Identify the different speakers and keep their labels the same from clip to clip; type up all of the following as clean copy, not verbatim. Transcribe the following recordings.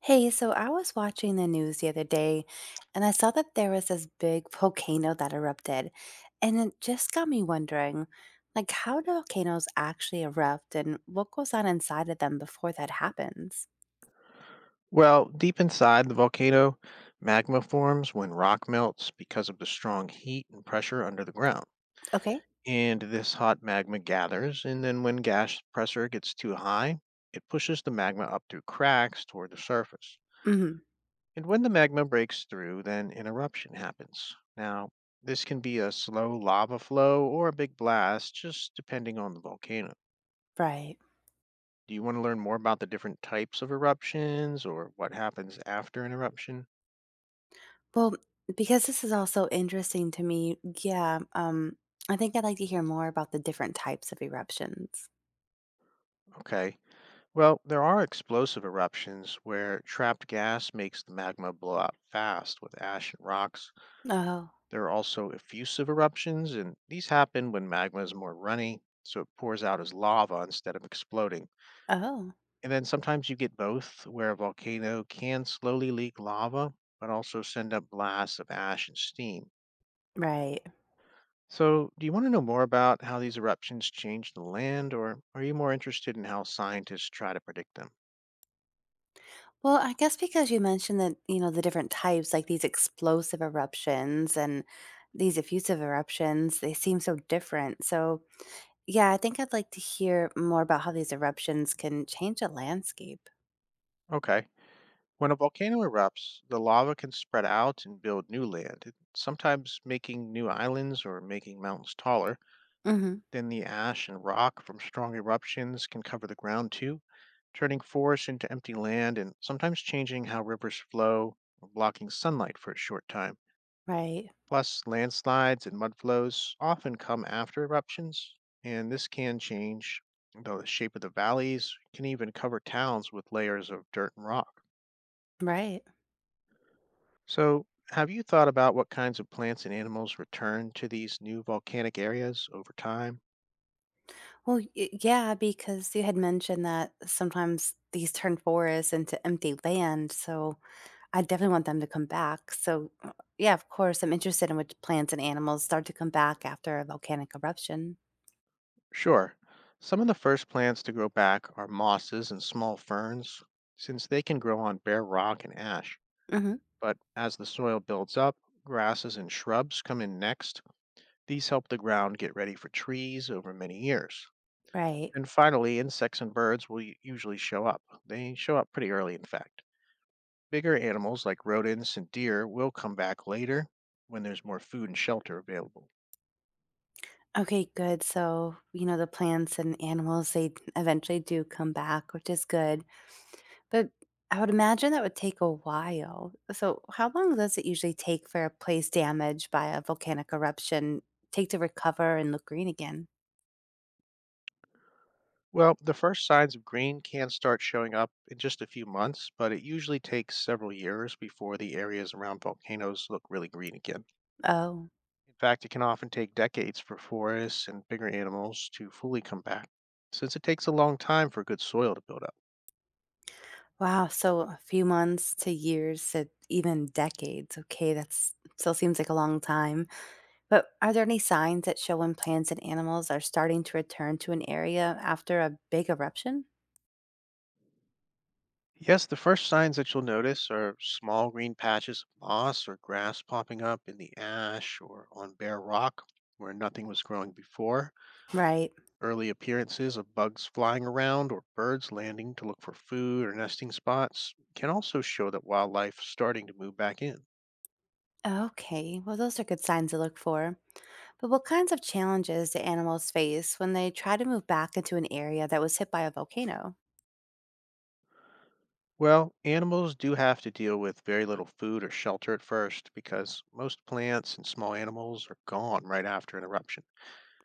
Speaker 1: Hey, so I was watching the news the other day and I saw that there was this big volcano that erupted. And it just got me wondering, like, how do volcanoes actually erupt and what goes on inside of them before that happens?
Speaker 2: Well, deep inside the volcano, magma forms when rock melts because of the strong heat and pressure under the ground.
Speaker 1: Okay.
Speaker 2: And this hot magma gathers, and then when gas pressure gets too high, it pushes the magma up through cracks toward the surface.
Speaker 1: Hmm.
Speaker 2: And when the magma breaks through, then an eruption happens. Now, this can be a slow lava flow or a big blast, just depending on the volcano.
Speaker 1: Right.
Speaker 2: Do you want to learn more about the different types of eruptions or what happens after an eruption?
Speaker 1: Well, because this is also interesting to me, yeah, I think I'd like to hear more about the different types of eruptions.
Speaker 2: Okay. Well, there are explosive eruptions where trapped gas makes the magma blow out fast with ash and rocks.
Speaker 1: Oh,
Speaker 2: There are also effusive eruptions, and these happen when magma is more runny, so it pours out as lava instead of exploding.
Speaker 1: oh,
Speaker 2: And then sometimes you get both, where a volcano can slowly leak lava, but also send up blasts of ash and steam.
Speaker 1: right.
Speaker 2: So, do you want to know more about how these eruptions change the land, or are you more interested in how scientists try to predict them?
Speaker 1: Well, I guess because you mentioned that, the different types, like these explosive eruptions and these effusive eruptions, they seem so different. So, yeah, I think I'd like to hear more about how these eruptions can change a landscape.
Speaker 2: Okay. When a volcano erupts, the lava can spread out and build new land, sometimes making new islands or making mountains taller.
Speaker 1: Hmm.
Speaker 2: Then the ash and rock from strong eruptions can cover the ground too, turning forests into empty land and sometimes changing how rivers flow or blocking sunlight for a short time.
Speaker 1: Right.
Speaker 2: Plus, landslides and mud flows often come after eruptions, and this can change the shape of the valleys, can even cover towns with layers of dirt and rock.
Speaker 1: Right.
Speaker 2: So, have you thought about what kinds of plants and animals return to these new volcanic areas over time?
Speaker 1: Well, yeah, because you had mentioned that sometimes these turn forests into empty land. So I definitely want them to come back. So, yeah, of course, I'm interested in which plants and animals start to come back after a volcanic eruption.
Speaker 2: Sure. Some of the first plants to grow back are mosses and small ferns, since they can grow on bare rock and ash.
Speaker 1: Hmm.
Speaker 2: But as the soil builds up, grasses and shrubs come in next. These help the ground get ready for trees over many years.
Speaker 1: Right.
Speaker 2: And finally, insects and birds will usually show up. They show up pretty early, in fact. Bigger animals like rodents and deer will come back later when there's more food and shelter available.
Speaker 1: Okay, good. So, the plants and animals, they eventually do come back, which is good. But I would imagine that would take a while. So, how long does it usually take for a place damaged by a volcanic eruption take to recover and look green again?
Speaker 2: Well, the first signs of green can start showing up in just a few months, but it usually takes several years before the areas around volcanoes look really green again.
Speaker 1: Oh,
Speaker 2: In fact, it can often take decades for forests and bigger animals to fully come back, since it takes a long time for good soil to build up.
Speaker 1: wow. So, a few months to years to even decades. Okay, that's still seems like a long time. But are there any signs that show when plants and animals are starting to return to an area after a big eruption?
Speaker 2: Yes, the first signs that you'll notice are small green patches of moss or grass popping up in the ash or on bare rock where nothing was growing before.
Speaker 1: Right.
Speaker 2: Early appearances of bugs flying around or birds landing to look for food or nesting spots can also show that wildlife's starting to move back in.
Speaker 1: Okay, well, those are good signs to look for. But what kinds of challenges do animals face when they try to move back into an area that was hit by a volcano?
Speaker 2: Well, animals do have to deal with very little food or shelter at first because most plants and small animals are gone right after an eruption.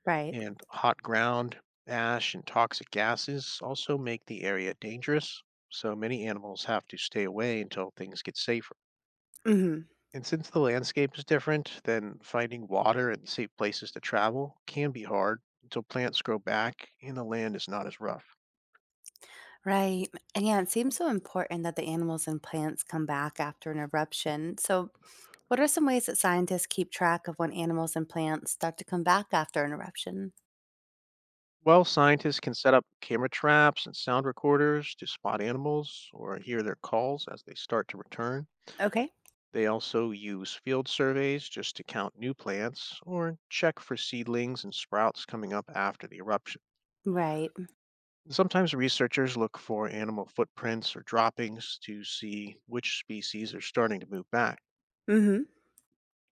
Speaker 1: Right.
Speaker 2: And hot ground, ash, and toxic gases also make the area dangerous, so many animals have to stay away until things get safer.
Speaker 1: Hmm.
Speaker 2: And since the landscape is different, then finding water and safe places to travel can be hard until plants grow back and the land is not as rough.
Speaker 1: Right. And yeah, it seems so important that the animals and plants come back after an eruption. So, what are some ways that scientists keep track of when animals and plants start to come back after an eruption?
Speaker 2: Well, scientists can set up camera traps and sound recorders to spot animals or hear their calls as they start to return.
Speaker 1: Okay.
Speaker 2: They also use field surveys just to count new plants or check for seedlings and sprouts coming up after the eruption.
Speaker 1: Right.
Speaker 2: Sometimes researchers look for animal footprints or droppings to see which species are starting to move back.
Speaker 1: Hmm.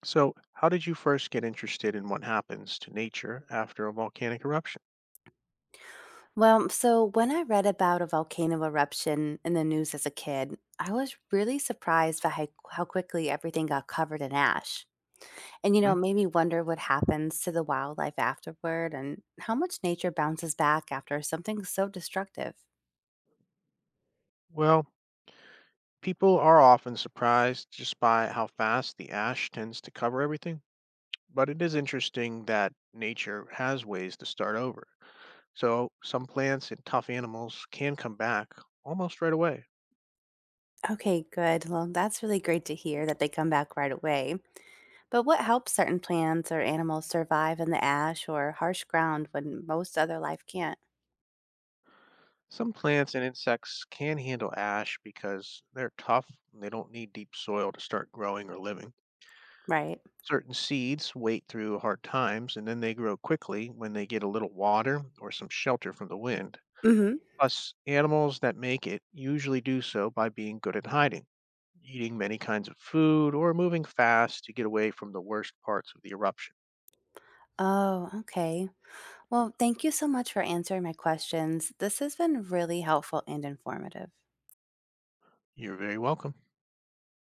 Speaker 2: So, how did you first get interested in what happens to nature after a volcanic eruption?
Speaker 1: Well, so when I read about a volcano eruption in the news as a kid, I was really surprised by how quickly everything got covered in ash. And,
Speaker 2: Hmm?
Speaker 1: it made me wonder what happens to the wildlife afterward and how much nature bounces back after something so destructive.
Speaker 2: Well, people are often surprised just by how fast the ash tends to cover everything, but it is interesting that nature has ways to start over. So, some plants and tough animals can come back almost right away.
Speaker 1: Okay, good. Well, that's really great to hear that they come back right away. But what helps certain plants or animals survive in the ash or harsh ground when most other life can't?
Speaker 2: Some plants and insects can handle ash because they're tough and they don't need deep soil to start growing or living.
Speaker 1: Right.
Speaker 2: Certain seeds wait through hard times and then they grow quickly when they get a little water or some shelter from the wind.
Speaker 1: Mm hmm.
Speaker 2: Plus, animals that make it usually do so by being good at hiding, eating many kinds of food, or moving fast to get away from the worst parts of the eruption.
Speaker 1: Oh, okay. Well, thank you so much for answering my questions. This has been really helpful and informative.
Speaker 2: You're very welcome.